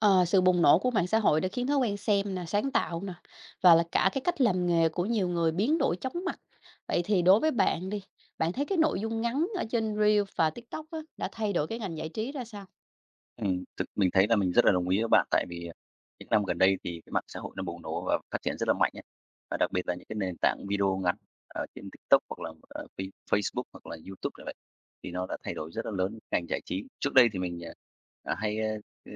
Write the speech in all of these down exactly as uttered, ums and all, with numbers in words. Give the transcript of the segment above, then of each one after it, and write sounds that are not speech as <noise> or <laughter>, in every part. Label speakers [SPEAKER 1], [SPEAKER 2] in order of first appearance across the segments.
[SPEAKER 1] Ờ, Sự bùng nổ của mạng xã hội đã khiến thói quen xem nè, sáng tạo nè và là cả cái cách làm nghề của nhiều người biến đổi chóng mặt. Vậy thì đối với bạn đi, bạn thấy cái nội dung ngắn ở trên Reel và TikTok á, đã thay đổi cái ngành giải trí ra sao?
[SPEAKER 2] Ừm, thực mình thấy là mình rất là đồng ý với bạn, tại vì, à, những năm gần đây thì cái mạng xã hội nó bùng nổ và phát triển rất là mạnh ấy. Và đặc biệt là những cái nền tảng video ngắn ở trên TikTok hoặc là ở Face Facebook hoặc là YouTube như vậy thì nó đã thay đổi rất là lớn ngành giải trí. Trước đây thì mình, à, à, hay, a, ừ,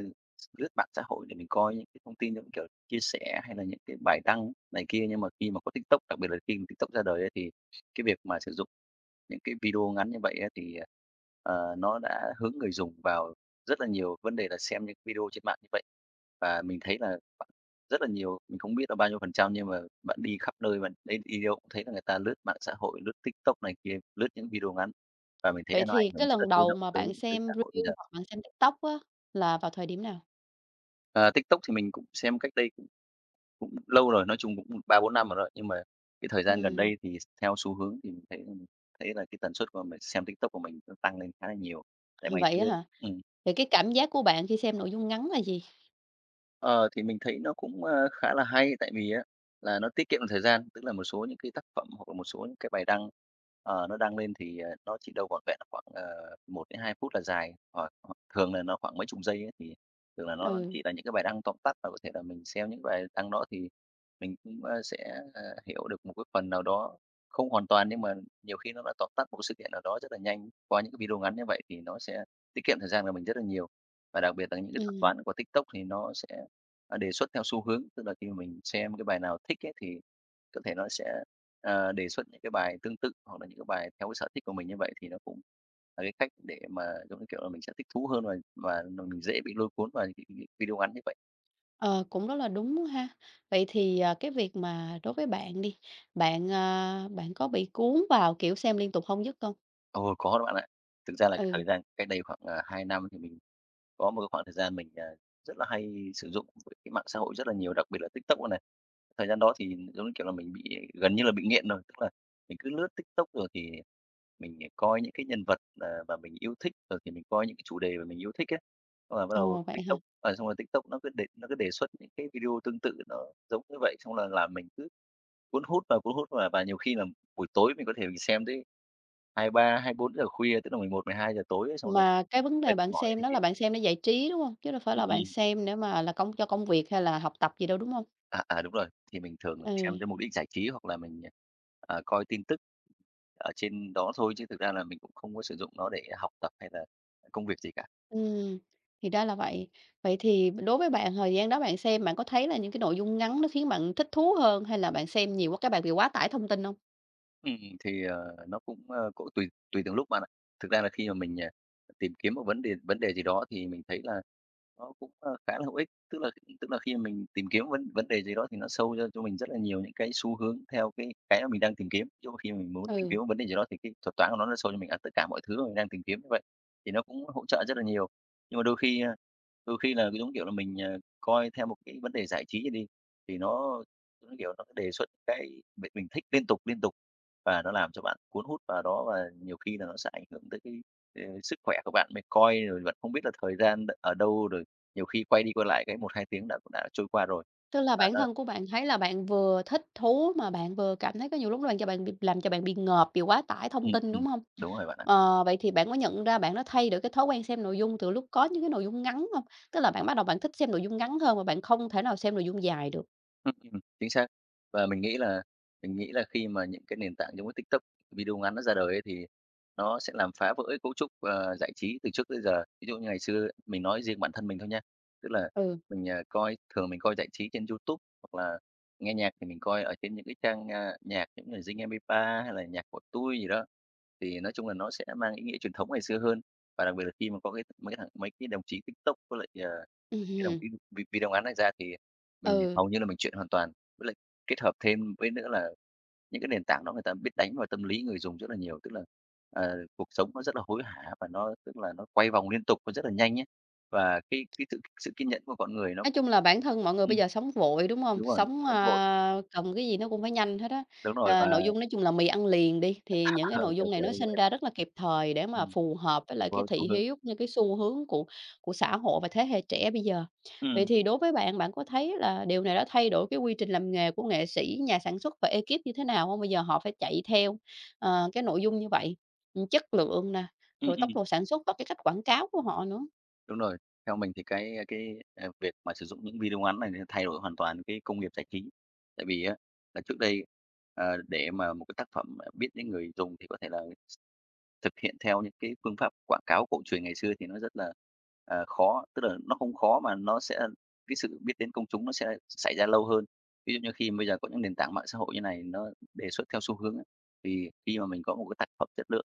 [SPEAKER 2] lướt mạng xã hội để mình coi những cái thông tin giống kiểu chia sẻ hay là những cái bài đăng này kia, nhưng mà khi mà có TikTok, đặc biệt là khi mà TikTok ra đời ấy, thì cái việc mà sử dụng những cái video ngắn như vậy á thì, à, ờ, nó đã hướng người dùng vào rất là nhiều vấn đề là xem những video trên mạng như vậy. Và mình thấy là bạn rất là nhiều, mình không biết là bao nhiêu phần trăm nhưng mà bạn đi khắp nơi, bạn đến đi đâu cũng thấy là người ta lướt mạng xã hội, lướt TikTok này kia, lướt những video ngắn, và mình thấy
[SPEAKER 1] Vậy
[SPEAKER 2] là nó ảnh
[SPEAKER 1] thì cái
[SPEAKER 2] hưởng rất là
[SPEAKER 1] lần
[SPEAKER 2] sâu
[SPEAKER 1] đầu
[SPEAKER 2] rộng
[SPEAKER 1] mà bạn
[SPEAKER 2] tới tới
[SPEAKER 1] xem
[SPEAKER 2] xã hội bây
[SPEAKER 1] Reel
[SPEAKER 2] giờ.
[SPEAKER 1] hoặc bạn xem TikTok á, là vào thời điểm nào?
[SPEAKER 2] Ờ, TikTok thì mình cũng xem cách đây cũng cũng lâu rồi, nói chung cũng ba bốn năm rồi nhưng mà cái thời gian gần
[SPEAKER 1] Ừm,
[SPEAKER 2] đây thì theo xu hướng thì mình thấy thấy là cái tần suất của mình xem TikTok của mình nó tăng lên khá là nhiều. Tại ngày
[SPEAKER 1] vậy
[SPEAKER 2] xưa
[SPEAKER 1] á
[SPEAKER 2] ấy.
[SPEAKER 1] hả?
[SPEAKER 2] Ừm.
[SPEAKER 1] Vậy cái cảm giác của bạn khi xem nội dung ngắn là gì?
[SPEAKER 2] Ờ, thì mình thấy nó cũng, ơ, khá là hay, tại vì á là nó tiết kiệm được thời gian, tức là một số những cái tác phẩm hoặc là một số những cái bài đăng, ờ, nó đăng lên thì, ờ, nó chỉ đâu vỏn vẹn là khoảng, ờ, một đến hai phút là dài, hoặc hoặc thường là nó khoảng mấy chục giây ấy, thì thường là nó
[SPEAKER 1] Ừ,
[SPEAKER 2] chỉ là những cái bài đăng tóm tắt và có thể là mình xem những bài đăng đó thì mình cũng, ơ, sẽ, ờ, hiểu được một cái phần nào đó, không hoàn toàn nhưng mà nhiều khi nó đã tóm tắt một sự kiện nào đó rất là nhanh qua những cái video ngắn như vậy thì nó sẽ tiết kiệm thời gian của mình rất là nhiều. Và đặc biệt là những cái thuật
[SPEAKER 1] ừ.
[SPEAKER 2] toán của TikTok thì nó sẽ, à, đề xuất theo xu hướng, tức là khi mình xem cái bài nào thích ấy thì có thể nó sẽ, ờ, đề xuất những cái bài tương tự hoặc là những cái bài theo cái sở thích của mình như vậy thì nó cũng là cái cách để mà, giống như kiểu là, mình sẽ thích thú hơn và và mình dễ bị lôi cuốn vào những cái cái video ngắn như vậy.
[SPEAKER 1] Ờ, cũng rất là đúng ha. Vậy thì, à, cái việc mà đối với bạn đi, bạn, à, bạn có bị cuốn vào, kiểu, xem liên tục không dứt không?
[SPEAKER 2] Ồ, có đó bạn ạ. Thực ra là cái
[SPEAKER 1] Ừ,
[SPEAKER 2] thời gian cách đây khoảng, à, hai năm thì mình có một cái khoảng thời gian mình, à, rất là hay sử dụng cái mạng xã hội rất là nhiều, đặc biệt là TikTok này. Thời gian đó thì, giống như kiểu là, mình bị gần như là bị nghiện rồi, tức là mình cứ lướt TikTok rồi thì mình ờ, coi những cái nhân vật, ờ, mà mình yêu thích, rồi thì mình coi những cái chủ đề mà mình yêu thích ấy. Xong là bắt đầu
[SPEAKER 1] ồ, vậy hả?
[SPEAKER 2] TikTok, ờ, xong rồi TikTok nó cứ đề nó cứ đề xuất những cái video tương tự nó giống như vậy, xong là làm mình cứ cuốn hút và cuốn hút và và nhiều khi là buổi tối mình có thể mình xem tới hai ba hai bốn giờ khuya, tức là mười một mười hai giờ tối ấy, xong là
[SPEAKER 1] Mà cái vấn đề
[SPEAKER 2] mệt
[SPEAKER 1] bạn
[SPEAKER 2] mỏi
[SPEAKER 1] xem
[SPEAKER 2] này
[SPEAKER 1] đó
[SPEAKER 2] kia.
[SPEAKER 1] là bạn xem để giải trí, đúng không? Chứ đâu phải
[SPEAKER 2] Ừm,
[SPEAKER 1] là bạn
[SPEAKER 2] ừm.
[SPEAKER 1] xem để mà là công cho công việc hay là học tập gì đâu, đúng không?
[SPEAKER 2] À, à, đúng rồi. Thì mình thường
[SPEAKER 1] Ừ,
[SPEAKER 2] xem cho mục đích giải trí hoặc là mình, ờ, coi tin tức ở trên đó thôi, chứ thực ra là mình cũng không có sử dụng nó để học tập hay là công việc gì cả.
[SPEAKER 1] ừm, thì ra là vậy. Vậy thì đối với bạn thời gian đó bạn xem, bạn có thấy là những cái nội dung ngắn nó khiến bạn thích thú hơn hay là bạn xem nhiều quá cái bạn bị quá tải thông tin không?
[SPEAKER 2] Ừm, thì, ờ, nó cũng, ơ, cũng tùy tùy từng lúc bạn ạ. Thực ra là khi mà mình, à, tìm kiếm một vấn đề vấn đề gì đó thì mình thấy là nó cũng, ơ, khá là hữu ích. Tức là tức là khi mà mình tìm kiếm vấn vấn đề gì đó thì nó sâu cho cho mình rất là nhiều những cái xu hướng theo cái cái mà mình đang tìm kiếm. Ví dụ khi mà mình muốn tìm
[SPEAKER 1] Ừ.
[SPEAKER 2] kiếm một vấn đề gì đó thì cái thuật toán của nó nó sâu cho mình, à, tất cả mọi thứ mà mình đang tìm kiếm như vậy, thì nó cũng hỗ trợ rất là nhiều. Nhưng mà đôi khi, a, đôi khi là, giống kiểu là, mình, ờ, coi theo một cái vấn đề giải trí này đi, thì nó, giống như kiểu, nó đề xuất cái mình mình thích liên tục, liên tục, và nó làm cho bạn cuốn hút vào đó và nhiều khi là nó sẽ ảnh hưởng tới cái, ờ, sức khỏe của bạn. Mình coi rồi bạn không biết là thời gian đ ở đâu, rồi nhiều khi quay đi quay lại cái một hai tiếng đã cũng đã trôi qua rồi.
[SPEAKER 1] Tức là
[SPEAKER 2] Và
[SPEAKER 1] bản
[SPEAKER 2] nó.
[SPEAKER 1] thân của bạn thấy là bạn vừa thích thú mà bạn vừa cảm thấy có nhiều lúc nó bạn cho bạn bị làm cho bạn bị ngợp, bị quá tải thông
[SPEAKER 2] Ừm,
[SPEAKER 1] tin,
[SPEAKER 2] ừm,
[SPEAKER 1] đúng không?
[SPEAKER 2] đúng rồi bạn ạ.
[SPEAKER 1] Ờ, vậy thì bạn có nhận ra bạn đã thay đổi cái thói quen xem nội dung từ lúc có những cái nội dung ngắn không? Tức là bạn bắt đầu bạn thích xem nội dung ngắn hơn và bạn không thể nào xem nội dung dài được.
[SPEAKER 2] Ừm, ừm, chính xác. Và mình nghĩ là mình nghĩ là khi mà những cái nền tảng giống như TikTok, video ngắn nó ra đời ấy, thì nó sẽ làm phá vỡ cái cấu trúc, ờ, giải trí từ trước tới giờ. Ví dụ như ngày xưa mình nói riêng bản thân mình thôi nha, tức là
[SPEAKER 1] Ừ,
[SPEAKER 2] mình, à, coi thường mình coi giải trí trên YouTube hoặc là nghe nhạc thì mình coi ở trên những cái trang, a, nhạc những người Zing mp ba hay là nhạc của tôi gì đó. Thì nói chung là nó sẽ mang ý nghĩa truyền thống ngày xưa hơn, và đặc biệt là khi mà có cái mấy cái thằng mấy cái đồng chí TikTok với lại, ờ, những cái đồng
[SPEAKER 1] ừm,
[SPEAKER 2] chí vi video ngắn này ra thì mình
[SPEAKER 1] ừ.
[SPEAKER 2] hầu như là mình chuyện hoàn toàn, với lại kết hợp thêm với nữa là những cái nền tảng đó người ta biết đánh vào tâm lý người dùng rất là nhiều. Tức là, ờ, cuộc sống nó rất là hối hả và nó tức là nó quay vòng liên tục và rất là nhanh ấy, và cái cái sự sự kiên nhẫn của con người nó
[SPEAKER 1] Nói
[SPEAKER 2] cũng.
[SPEAKER 1] chung là bản thân mọi người bây
[SPEAKER 2] Ừm,
[SPEAKER 1] giờ sống vội, đúng hông?
[SPEAKER 2] đúng rồi,
[SPEAKER 1] Sống,
[SPEAKER 2] nóng vội,
[SPEAKER 1] a, cầm cái gì nó cũng phải nhanh hết á.
[SPEAKER 2] đúng rồi,
[SPEAKER 1] Ờ,
[SPEAKER 2] và,
[SPEAKER 1] nội dung nói chung là mì ăn liền đi, thì những cái
[SPEAKER 2] <laughs>
[SPEAKER 1] nội
[SPEAKER 2] kiểu,
[SPEAKER 1] dung này
[SPEAKER 2] kiểu
[SPEAKER 1] nó
[SPEAKER 2] như
[SPEAKER 1] sinh
[SPEAKER 2] vậy.
[SPEAKER 1] ra rất là kịp thời để mà
[SPEAKER 2] Ừm,
[SPEAKER 1] phù hợp với lại
[SPEAKER 2] phù
[SPEAKER 1] cái
[SPEAKER 2] hợp
[SPEAKER 1] thị
[SPEAKER 2] xu hướng.
[SPEAKER 1] hiếu cũng như cái xu hướng của của xã hội và thế hệ trẻ bây giờ. Vậy
[SPEAKER 2] Ừm,
[SPEAKER 1] thì đối với bạn, bạn có thấy là điều này đã thay đổi cái quy trình làm nghề của nghệ sĩ, nhà sản xuất và ekip như thế nào hông? Bây giờ họ phải chạy theo, ờ, cái nội dung như vậy, ừm, chất lượng nè,
[SPEAKER 2] ừm,
[SPEAKER 1] rồi tốc
[SPEAKER 2] ừm.
[SPEAKER 1] độ sản xuất và cái cách quảng cáo của họ nữa.
[SPEAKER 2] Đúng rồi. Theo mình thì cái, cái, à, việc mà sử dụng những video ngắn này thì thay đổi hoàn toàn cái công nghiệp giải trí. Tại vì á là trước đây, ờ, để mà một cái tác phẩm, à, biết đến người dùng thì có thể là thực hiện theo những cái phương pháp quảng cáo cổ truyền ngày xưa thì nó rất là, ờ, khó, tức là nó không khó mà nó sẽ cái sự biết đến công chúng nó sẽ xảy ra lâu hơn. Ví dụ như khi bây giờ có những nền tảng mạng xã hội như này nó đề xuất theo xu hướng á, thì khi mà mình có một cái tác phẩm chất lượng,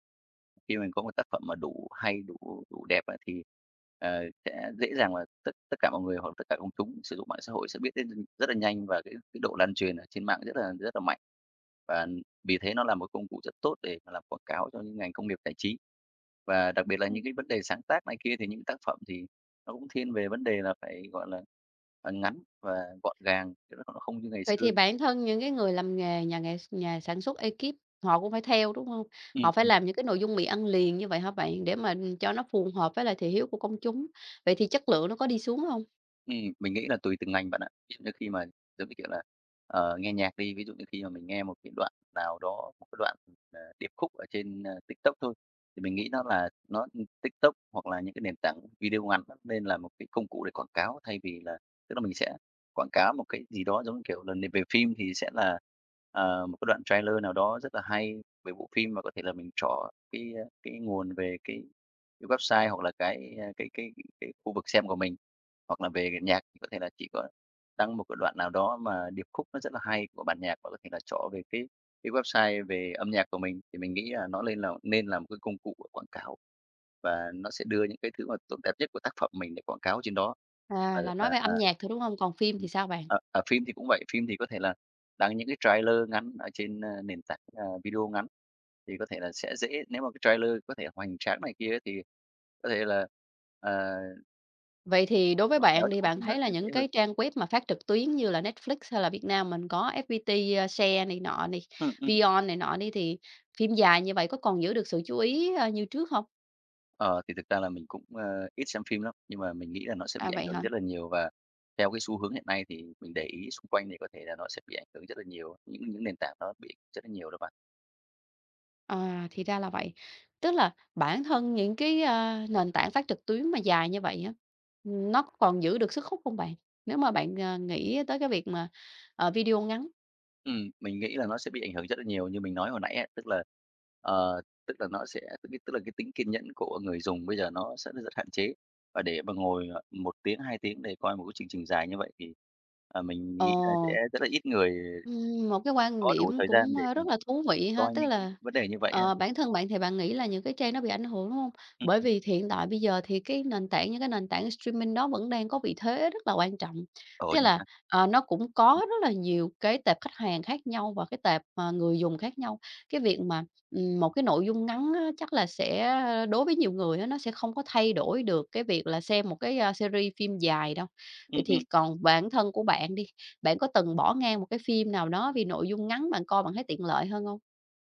[SPEAKER 2] khi mình có một tác phẩm mà đủ hay, đủ đủ đẹp á thì, ờ, sẽ dễ dàng là tất tất cả mọi người hoặc tất cả công chúng sử dụng mạng xã hội sẽ biết đến rất là nhanh và cái cái độ lan truyền ở trên mạng rất là rất là mạnh. Và vì thế nó là một công cụ rất tốt để mà làm quảng cáo cho những ngành công nghiệp giải trí. Và đặc biệt là
[SPEAKER 1] Ừm.
[SPEAKER 2] những cái vấn đề sáng tác này kia thì những tác phẩm thì nó cũng thiên về vấn đề là phải, gọi là, à, ngắn và gọn gàng, chứ nó không như ngày
[SPEAKER 1] Vậy
[SPEAKER 2] xưa.
[SPEAKER 1] thì bản thân những cái người làm nghề nhà nghề nhà sản xuất ekip họ cũng phải theo, đúng hông? Họ phải
[SPEAKER 2] Ừm.
[SPEAKER 1] làm những cái nội dung mì ăn liền như vậy hả bạn? Để mà, cho nó phù hợp với lại thị hiếu của công chúng. Vậy thì chất lượng nó có đi xuống hông?
[SPEAKER 2] Ừm, mình nghĩ là tùy từng ngành bạn ạ. Ví dụ như khi mà giống như kiểu là, ờ, nghe nhạc đi. Ví dụ như khi mà mình nghe một cái đoạn nào đó, một cái đoạn, ờ, điệp khúc ở trên, ơ, TikTok thôi, thì mình nghĩ nó là nó TikTok hoặc là những cái nền tảng video ngắn nó nên là một cái công cụ để quảng cáo thay vì là tức là mình sẽ quảng cáo một cái gì đó giống như kiểu là n về phim thì sẽ là, ờ, một cái đoạn trailer nào đó rất là hay về bộ phim, mà có thể là mình chọn cái, a, cái nguồn về cái cái website hoặc là cái, a, cái cái cái khu vực xem của mình. Hoặc là về nhạc thì có thể là chị có đăng một cái đoạn nào đó mà điệp khúc nó rất là hay của bản nhạc và có thể là trỏ về cái cái website về âm nhạc của mình, thì mình nghĩ là nó lên là nên là một cái công cụ của quảng cáo và nó sẽ đưa những cái thứ mà tốt đẹp nhất của tác phẩm mình để quảng cáo trên đó.
[SPEAKER 1] À,
[SPEAKER 2] Và
[SPEAKER 1] là
[SPEAKER 2] và,
[SPEAKER 1] nói về
[SPEAKER 2] à
[SPEAKER 1] âm nhạc thôi, đúng hông? Còn phim thì
[SPEAKER 2] Ừm.
[SPEAKER 1] sao bạn?
[SPEAKER 2] Ờ, ở phim thì cũng vậy, phim thì có thể là đăng những cái trailer ngắn ở trên, a, nền tảng, à, video ngắn, thì có thể là sẽ dễ nếu mà cái trailer có thể hoành tráng này kia thì có thể là, ờ
[SPEAKER 1] Vậy thì đối với
[SPEAKER 2] Quảng cáo
[SPEAKER 1] bạn
[SPEAKER 2] trong
[SPEAKER 1] đi,
[SPEAKER 2] cuộc
[SPEAKER 1] bạn
[SPEAKER 2] thi nó
[SPEAKER 1] thấy là
[SPEAKER 2] sẽ dễ
[SPEAKER 1] những
[SPEAKER 2] hơn.
[SPEAKER 1] cái trang web mà phát trực tuyến như là Netflix hay là Việt Nam mình có ép pê tê, ơ, Share này nọ này,
[SPEAKER 2] Ừm, ừm.
[SPEAKER 1] Vion này nọ đi, thì phim dài như vậy có còn giữ được sự chú ý, ơ, như trước hông?
[SPEAKER 2] Ờ, thì thực ra là mình cũng, ơ, ít xem phim lắm, nhưng mà mình nghĩ là nó sẽ bị
[SPEAKER 1] À,
[SPEAKER 2] ảnh
[SPEAKER 1] vậy
[SPEAKER 2] hưởng
[SPEAKER 1] hả?
[SPEAKER 2] rất là nhiều và theo cái xu hướng hiện nay thì mình để ý xung quanh thì có thể là nó sẽ bị ảnh hưởng rất là nhiều, những những nền tảng nó bị rất là nhiều đó bạn.
[SPEAKER 1] À, thì ra là vậy. Tức là bản thân những cái, a, nền tảng phát trực tuyến mà dài như vậy á, nó còn giữ được sức hút không bạn? Nếu mà bạn, à, nghĩ tới cái việc mà, ờ, video ngắn.
[SPEAKER 2] Ừm, mình nghĩ là nó sẽ bị ảnh hưởng rất là nhiều như mình nói hồi nãy á, tức là, ờ, tức là nó sẽ tức tức là cái tính kiên nhẫn của người dùng bây giờ nó sẽ rất hạn chế. Và để mà ngồi, một tiếng, hai tiếng để coi một cái chương trình dài như vậy thì, ờ, mình
[SPEAKER 1] Ờ.
[SPEAKER 2] nghĩ là sẽ rất là ít người
[SPEAKER 1] Ừm, một cái quan
[SPEAKER 2] có đủ
[SPEAKER 1] điểm
[SPEAKER 2] thời
[SPEAKER 1] cũng,
[SPEAKER 2] gian để
[SPEAKER 1] ơ, rất là thú vị ha,
[SPEAKER 2] coi
[SPEAKER 1] tức
[SPEAKER 2] những cái
[SPEAKER 1] là,
[SPEAKER 2] vấn đề như vậy là
[SPEAKER 1] ờ,
[SPEAKER 2] ừm,
[SPEAKER 1] bản thân bạn thì bạn nghĩ là những cái trang nó bị ảnh hưởng, đúng không? Bởi
[SPEAKER 2] ừm,
[SPEAKER 1] vì hiện tại bây giờ thì cái nền tảng những cái nền tảng streaming đó vẫn đang có vị thế rất là quan trọng,
[SPEAKER 2] ổn
[SPEAKER 1] tức
[SPEAKER 2] nhỉ
[SPEAKER 1] là,
[SPEAKER 2] ha?
[SPEAKER 1] ờ, nó cũng
[SPEAKER 2] Ừm,
[SPEAKER 1] có rất là nhiều cái tệp khách hàng khác nhau và cái tệp, ờ, người dùng khác nhau. Cái việc mà, ừm, một cái nội dung ngắn á, chắc là sẽ đối với nhiều người á, nó sẽ không có thay đổi được cái việc là xem một cái, a, series phim dài đâu. Vậy thì
[SPEAKER 2] ừm.
[SPEAKER 1] còn bản thân của bạn đi, bạn có từng bỏ ngang một cái phim nào đó vì nội dung ngắn bạn coi bạn thấy tiện lợi hơn hông?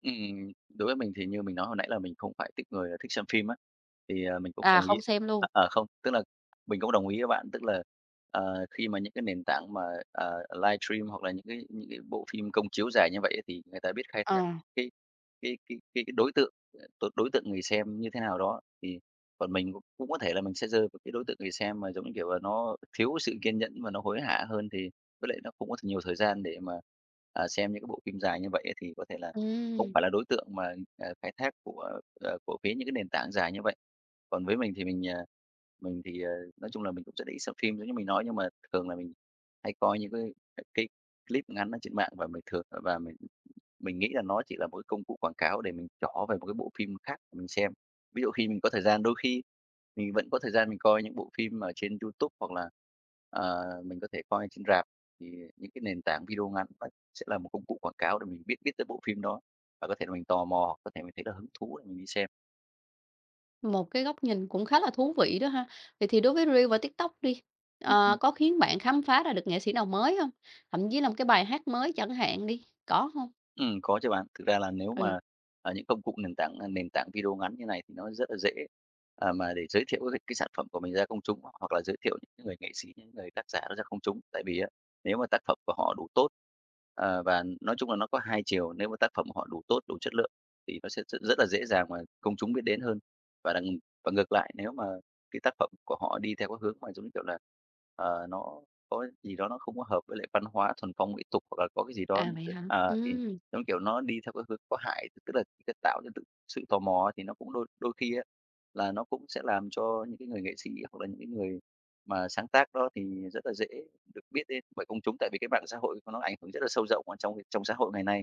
[SPEAKER 2] Ừm, đối với mình thì như mình nói hồi nãy là mình không phải tuýp người à, thích xem phim á, thì, ờ, mình cũng
[SPEAKER 1] À,
[SPEAKER 2] đồng ý
[SPEAKER 1] không xem luôn.
[SPEAKER 2] à, à, không, tức là mình cũng đồng ý với bạn. Tức là, ờ, khi mà những cái nền tảng mà, ờ, livestream hoặc là những cái những cái bộ phim công chiếu dài như vậy ấy, thì người ta biết khai thác
[SPEAKER 1] Ờ.
[SPEAKER 2] cái cái cái cái cái đối tượng, ờ, đối đối tượng người xem như thế nào đó. Thì còn mình cũng cũng có thể là mình sẽ rơi vào cái đối tượng người xem mà, giống như kiểu là, nó thiếu sự kiên nhẫn và nó hối hả hơn, thì với lại nó không có nhiều thời gian để mà, à, xem những cái bộ phim dài như vậy ấy, thì có thể là không
[SPEAKER 1] Ừm,
[SPEAKER 2] phải là đối tượng mà, ờ, khai thác của, ờ, của phía những cái nền tảng dài như vậy. Còn với mình thì mình, ờ, mình thì, ờ, nói chung là mình cũng rất ít xem phim giống như mình nói, nhưng mà thường là mình hay coi những cái cái clip ngắn ở trên mạng và mình thường và mình mình nghĩ là nó chỉ là một cái công cụ quảng cáo để mình trỏ về một cái bộ phim khác mình xem. Ví dụ khi mình có thời gian, đôi khi mình vẫn có thời gian mình coi những bộ phim ở trên YouTube hoặc là, ờ, mình có thể coi trên rạp, thì những cái nền tảng video ngắn nó sẽ là một công cụ quảng cáo để mình biết biết tới bộ phim đó. Và có thể là mình tò mò, có thể mình thấy là hứng thú để mình đi xem.
[SPEAKER 1] một cái góc nhìn cũng khá là thú vị đó ha. Vậy thì đối với Reel và TikTok đi,
[SPEAKER 2] Ừ, ừ.
[SPEAKER 1] ờ, có khiến bạn khám phá ra được nghệ sĩ nào mới hông? Thậm chí là một cái bài hát mới chẳng hạn đi, có hông?
[SPEAKER 2] Ừm, có chứ bạn. Thực ra là nếu
[SPEAKER 1] Ừ,
[SPEAKER 2] mà, à, những công cụ nền tảng, à, nền tảng video ngắn như này thì nó rất là dễ, à, mà để giới thiệu cái cái sản phẩm của mình ra công chúng, hoặc là giới thiệu những người nghệ sĩ, những người tác giả ra công chúng. Tại vì á, nếu mà tác phẩm của họ đủ tốt, ờ, và nói chung là nó có hai chiều, nếu mà tác phẩm của họ đủ tốt, đủ chất lượng thì nó sẽ rất rất là dễ dàng mà công chúng biết đến hơn. Và đằng và ngược lại, nếu mà cái tác phẩm của họ đi theo cái hướng mà, giống như kiểu là, ờ, nó có gì đó nó không có hợp với lại văn hóa thuần phong mỹ tục, hoặc là có cái gì đó,
[SPEAKER 1] à,
[SPEAKER 2] những
[SPEAKER 1] vậy
[SPEAKER 2] cái-
[SPEAKER 1] hả?
[SPEAKER 2] à, thì
[SPEAKER 1] Ừm,
[SPEAKER 2] giống kiểu, nó đi theo cái hướng có hại, tức là cái tạo ra tự sự tò mò thì nó cũng đôi đôi khi á, là nó cũng sẽ làm cho những cái người nghệ sĩ hoặc là những cái người mà sáng tác đó thì rất là dễ được biết đến bởi công chúng. Tại vì cái mạng xã hội nó ảnh hưởng rất là sâu rộng ở trong trong xã hội ngày nay.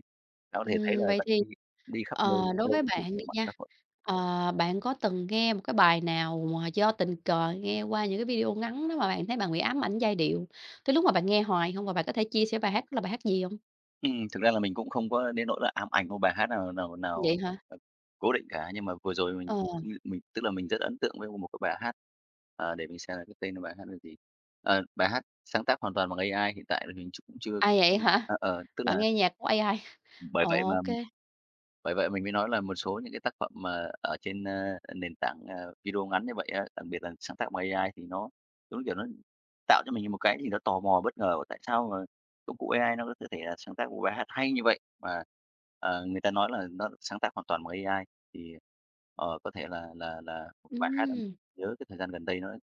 [SPEAKER 2] Nó có thể thấy
[SPEAKER 1] ừm,
[SPEAKER 2] là
[SPEAKER 1] vậy
[SPEAKER 2] bạn
[SPEAKER 1] thì
[SPEAKER 2] đi đi khắp
[SPEAKER 1] Ờ,
[SPEAKER 2] nơi, ở
[SPEAKER 1] đối với
[SPEAKER 2] đâu cũng
[SPEAKER 1] bạn
[SPEAKER 2] thấy
[SPEAKER 1] đi
[SPEAKER 2] mạng
[SPEAKER 1] nha,
[SPEAKER 2] xã hội.
[SPEAKER 1] ờ, bạn có từng nghe một cái bài nào mà do tình cờ nghe qua những cái video ngắn đó mà bạn thấy bạn bị ám ảnh giai điệu, tới lúc mà bạn nghe hoài không? Và bạn có thể chia sẻ bài hát đó là bài hát gì không?
[SPEAKER 2] Ừm, thực ra là mình cũng không có đến nỗi là ám ảnh một bài hát nào nào nào,
[SPEAKER 1] Vậy hả?
[SPEAKER 2] ờ, cố định cả, nhưng mà vừa rồi mình
[SPEAKER 1] Ờ,
[SPEAKER 2] mình tức là mình rất ấn tượng với một cái bài hát, ờ, để mình xem là cái tên là bài hát là gì. Ờ, bài hát sáng tác hoàn toàn bằng a i hiện tại là mình cũng chưa
[SPEAKER 1] à, vậy hả?
[SPEAKER 2] ờ, ờ, tức
[SPEAKER 1] Bạn
[SPEAKER 2] là
[SPEAKER 1] nghe nhạc của a i?
[SPEAKER 2] bởi
[SPEAKER 1] Ồ,
[SPEAKER 2] vậy mà
[SPEAKER 1] ô,
[SPEAKER 2] bởi vậy mình mới nói là một số những cái tác phẩm mà ở trên, ơ, nền tảng, ờ, video ngắn như vậy á, đặc biệt là sáng tạo bằng a i thì nó, đúng kiểu, nó tạo cho mình một cái gì đó tò mò bất ngờ, tại sao mà công cụ a i nó có thể là sáng tác một bài hát hay như vậy mà, ờ, người ta nói là nó sáng tác hoàn toàn bằng a i. Thì, ờ, có thể là là là một bài hát em
[SPEAKER 1] ừm,
[SPEAKER 2] nhớ cái thời gian gần đây nó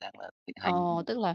[SPEAKER 2] đang là thịnh hành.
[SPEAKER 1] ồ, tức là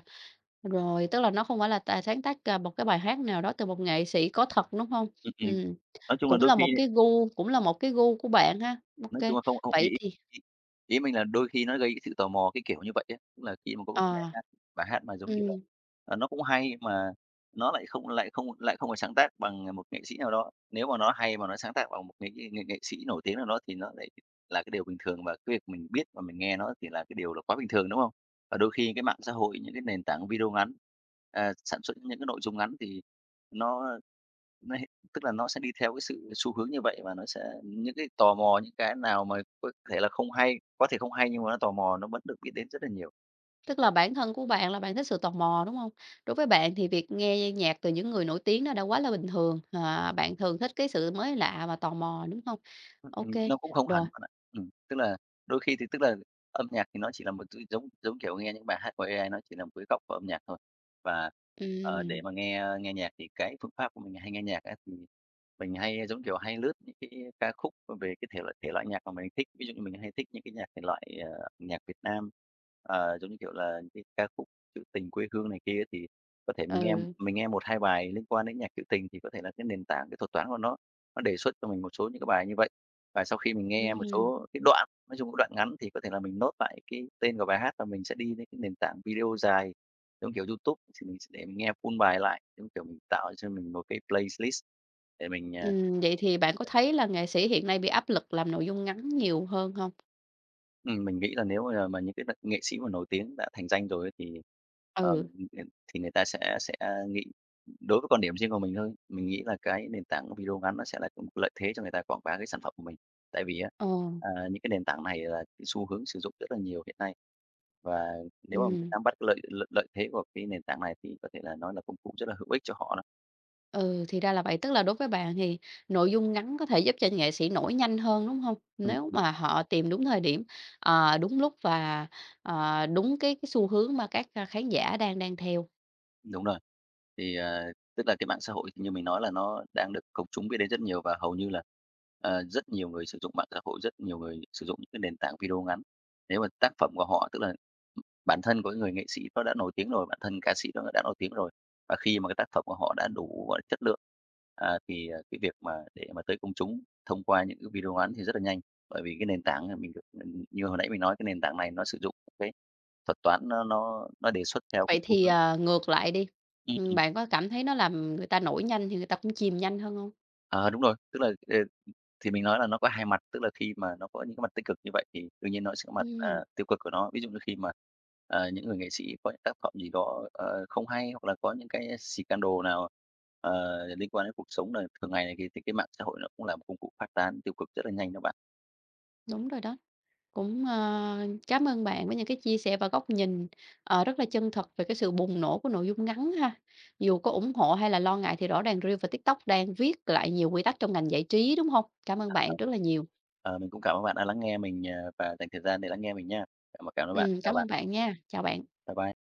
[SPEAKER 1] rồi, tức là nó không phải là tài sáng tác, à, một cái bài hát nào đó từ một nghệ sĩ có thật, đúng không?
[SPEAKER 2] Ừm, ừm.
[SPEAKER 1] Ừm,
[SPEAKER 2] Nói chung là
[SPEAKER 1] cũng
[SPEAKER 2] đôi
[SPEAKER 1] là
[SPEAKER 2] khi
[SPEAKER 1] một cái gu cũng là một cái gu của bạn ha. Ok.
[SPEAKER 2] nói chung là không không, ý
[SPEAKER 1] Vậy
[SPEAKER 2] ý
[SPEAKER 1] thì
[SPEAKER 2] ý ý mình là đôi khi nó gây cái sự tò mò, cái kiểu như vậy ấy. Tức là khi mà có một cái bài
[SPEAKER 1] ờ.
[SPEAKER 2] hát bài hát mà, giống kiểu là,
[SPEAKER 1] Ừm.
[SPEAKER 2] ờ, nó cũng hay mà nó lại không lại không lại không phải sáng tác bằng, à, một nghệ sĩ nào đó. Nếu mà nó hay mà nó sáng tác bằng một nghệ nghệ nghệ nghệ sĩ nổi tiếng nào đó thì nó lại là cái điều bình thường, và cái việc mình biết và mình nghe nó thì là cái điều là quá bình thường, đúng không? Và đôi khi cái mạng xã hội, những cái nền tảng video ngắn, à, sản xuất những cái nội dung ngắn thì nó nó tức là nó sẽ đi theo cái sự xu hướng như vậy và nó sẽ những cái tò mò, những cái nào mà có thể là không hay, có thể không hay nhưng mà nó tò mò nó vẫn được biết đến rất là nhiều.
[SPEAKER 1] Tức là bản thân của bạn là bạn thích sự tò mò, đúng không? Đối với bạn thì việc nghe nhạc từ những người nổi tiếng nó đã quá là bình thường, à, bạn thường thích cái sự mới lạ và tò mò, đúng không?
[SPEAKER 2] Ừm,
[SPEAKER 1] Ok,
[SPEAKER 2] ừm, nó cũng không
[SPEAKER 1] rồi,
[SPEAKER 2] hẳn bạn ạ. Ừm, tức là đôi khi thì tức là âm nhạc thì nó chỉ là một thứ giống giống kiểu nghe những bài hát của a i, nó chỉ là một cái góc của âm nhạc thôi. Và, ờ, để
[SPEAKER 1] ừm,
[SPEAKER 2] mà nghe ờ, nghe nhạc thì cái phương pháp của mình hay nghe nhạc á, thì mình hay, giống kiểu, hay lướt những cái ca khúc về cái thể loại thể loại nhạc mà mình thích. Ví dụ như mình hay thích những cái nhạc thể loại, ờ, nhạc Việt Nam, ờ, giống như kiểu là, những cái ca khúc trữ tình quê hương này kia thì có thể mình nghe
[SPEAKER 1] ừ,
[SPEAKER 2] mình nghe một hai bài liên quan đến nhạc trữ tình thì có thể là cái nền tảng, cái thuật toán của nó nó đề xuất cho mình một số những cái bài như vậy. Và sau khi mình nghe một
[SPEAKER 1] ừm,
[SPEAKER 2] số cái đoạn, nói chung cái đoạn ngắn thì có thể là mình nốt lại cái tên của bài hát và mình sẽ đi đến cái nền tảng video dài, giống kiểu YouTube, thì mình sẽ để mình nghe full bài lại, giống kiểu, mình tạo cho mình một cái playlist để mình, à
[SPEAKER 1] ừm, vậy thì bạn có thấy là nghệ sĩ hiện nay bị áp lực làm nội dung ngắn nhiều hơn không?
[SPEAKER 2] Ừm, mình nghĩ là nếu bây mà những cái nghệ sĩ mà nổi tiếng đã thành danh rồi ấy thì, ờ,
[SPEAKER 1] Ừ,
[SPEAKER 2] thì người ta sẽ sẽ nghĩ đối với quan điểm riêng của mình thôi, mình nghĩ là cái nền tảng video ngắn nó sẽ là một lợi thế cho người ta quảng bá cái sản phẩm của mình. Tại vì á,
[SPEAKER 1] ờ,
[SPEAKER 2] à, những cái nền tảng này là cái xu hướng sử dụng rất là nhiều hiện nay, và nếu mà mình
[SPEAKER 1] ừm.
[SPEAKER 2] nắm bắt lợi lợi lợi thế của cái nền tảng này thì có thể là nói là công cụ rất là hữu ích cho họ đó.
[SPEAKER 1] Ừ, thì ra là vậy, tức là đối với bạn thì nội dung ngắn có thể giúp cho nghệ sĩ nổi nhanh hơn, đúng không? Nếu
[SPEAKER 2] Ừm.
[SPEAKER 1] mà họ tìm đúng thời điểm, ờ, đúng lúc và, ờ, đúng cái cái xu hướng mà các, a, khán giả đang đang theo.
[SPEAKER 2] Đúng rồi. Thì, ờ, tức là cái mạng xã hội thì như mình nói là nó đang được công chúng biết đến rất nhiều và hầu như là, ờ, rất nhiều người sử dụng mạng xã hội, rất nhiều người sử dụng những cái nền tảng video ngắn. Nếu mà tác phẩm của họ tức là bản thân của cái người nghệ sĩ đó đã nổi tiếng rồi, bản thân ca sĩ đó đã nổi tiếng rồi, và khi mà cái tác phẩm của họ đã đủ, gọi là, chất lượng, à, thì, à, cái việc mà để mà tới công chúng thông qua những cái video ngắn thì rất là nhanh. Bởi vì cái nền tảng là mình được ừ, như hồi nãy mình nói cái nền tảng này nó sử dụng cái thuật toán nó nó nó đề xuất theo
[SPEAKER 1] Vậy
[SPEAKER 2] cái xu
[SPEAKER 1] thì,
[SPEAKER 2] hướng.
[SPEAKER 1] ờ, ngược lại đi, ừm, bạn có cảm thấy nó làm người ta nổi nhanh thì người ta cũng chìm nhanh hơn không?
[SPEAKER 2] Ờ, đúng rồi, tức là, ờ, thì mình nói là nó có hai mặt, tức là khi mà nó có những cái mặt tích cực như vậy thì đương nhiên nó sẽ có mặt, à,
[SPEAKER 1] Ừm,
[SPEAKER 2] tiêu cực của nó. Ví dụ như khi mà, ờ, những người nghệ sĩ có những tác phẩm gì đó, ờ, không hay hoặc là có những cái scandal nào, ờ, liên quan đến cuộc sống này thường ngày này kia thì cái mạng xã hội nó cũng là một công cụ phát tán tiêu cực rất là nhanh đó bạn.
[SPEAKER 1] đúng rồi đó. Cũng, ờ, cám ơn bạn với những cái chia sẻ và góc nhìn, ờ, rất là chân thật về cái sự bùng nổ của nội dung ngắn ha. Dù có ủng hộ hay là lo ngại thì rõ ràng Reel và TikTok đang viết lại nhiều quy tắc trong ngành giải trí, đúng không? Cảm ơn bạn rất là nhiều.
[SPEAKER 2] Ờ, mình cũng cảm ơn bạn đã lắng nghe mình, ờ, và dành thời gian để lắng nghe mình nha. Cảm cảm ơn bạn.
[SPEAKER 1] Ừm,
[SPEAKER 2] Chào
[SPEAKER 1] cảm ơn
[SPEAKER 2] bạn.
[SPEAKER 1] bạn nha. Chào bạn.
[SPEAKER 2] Bye bye.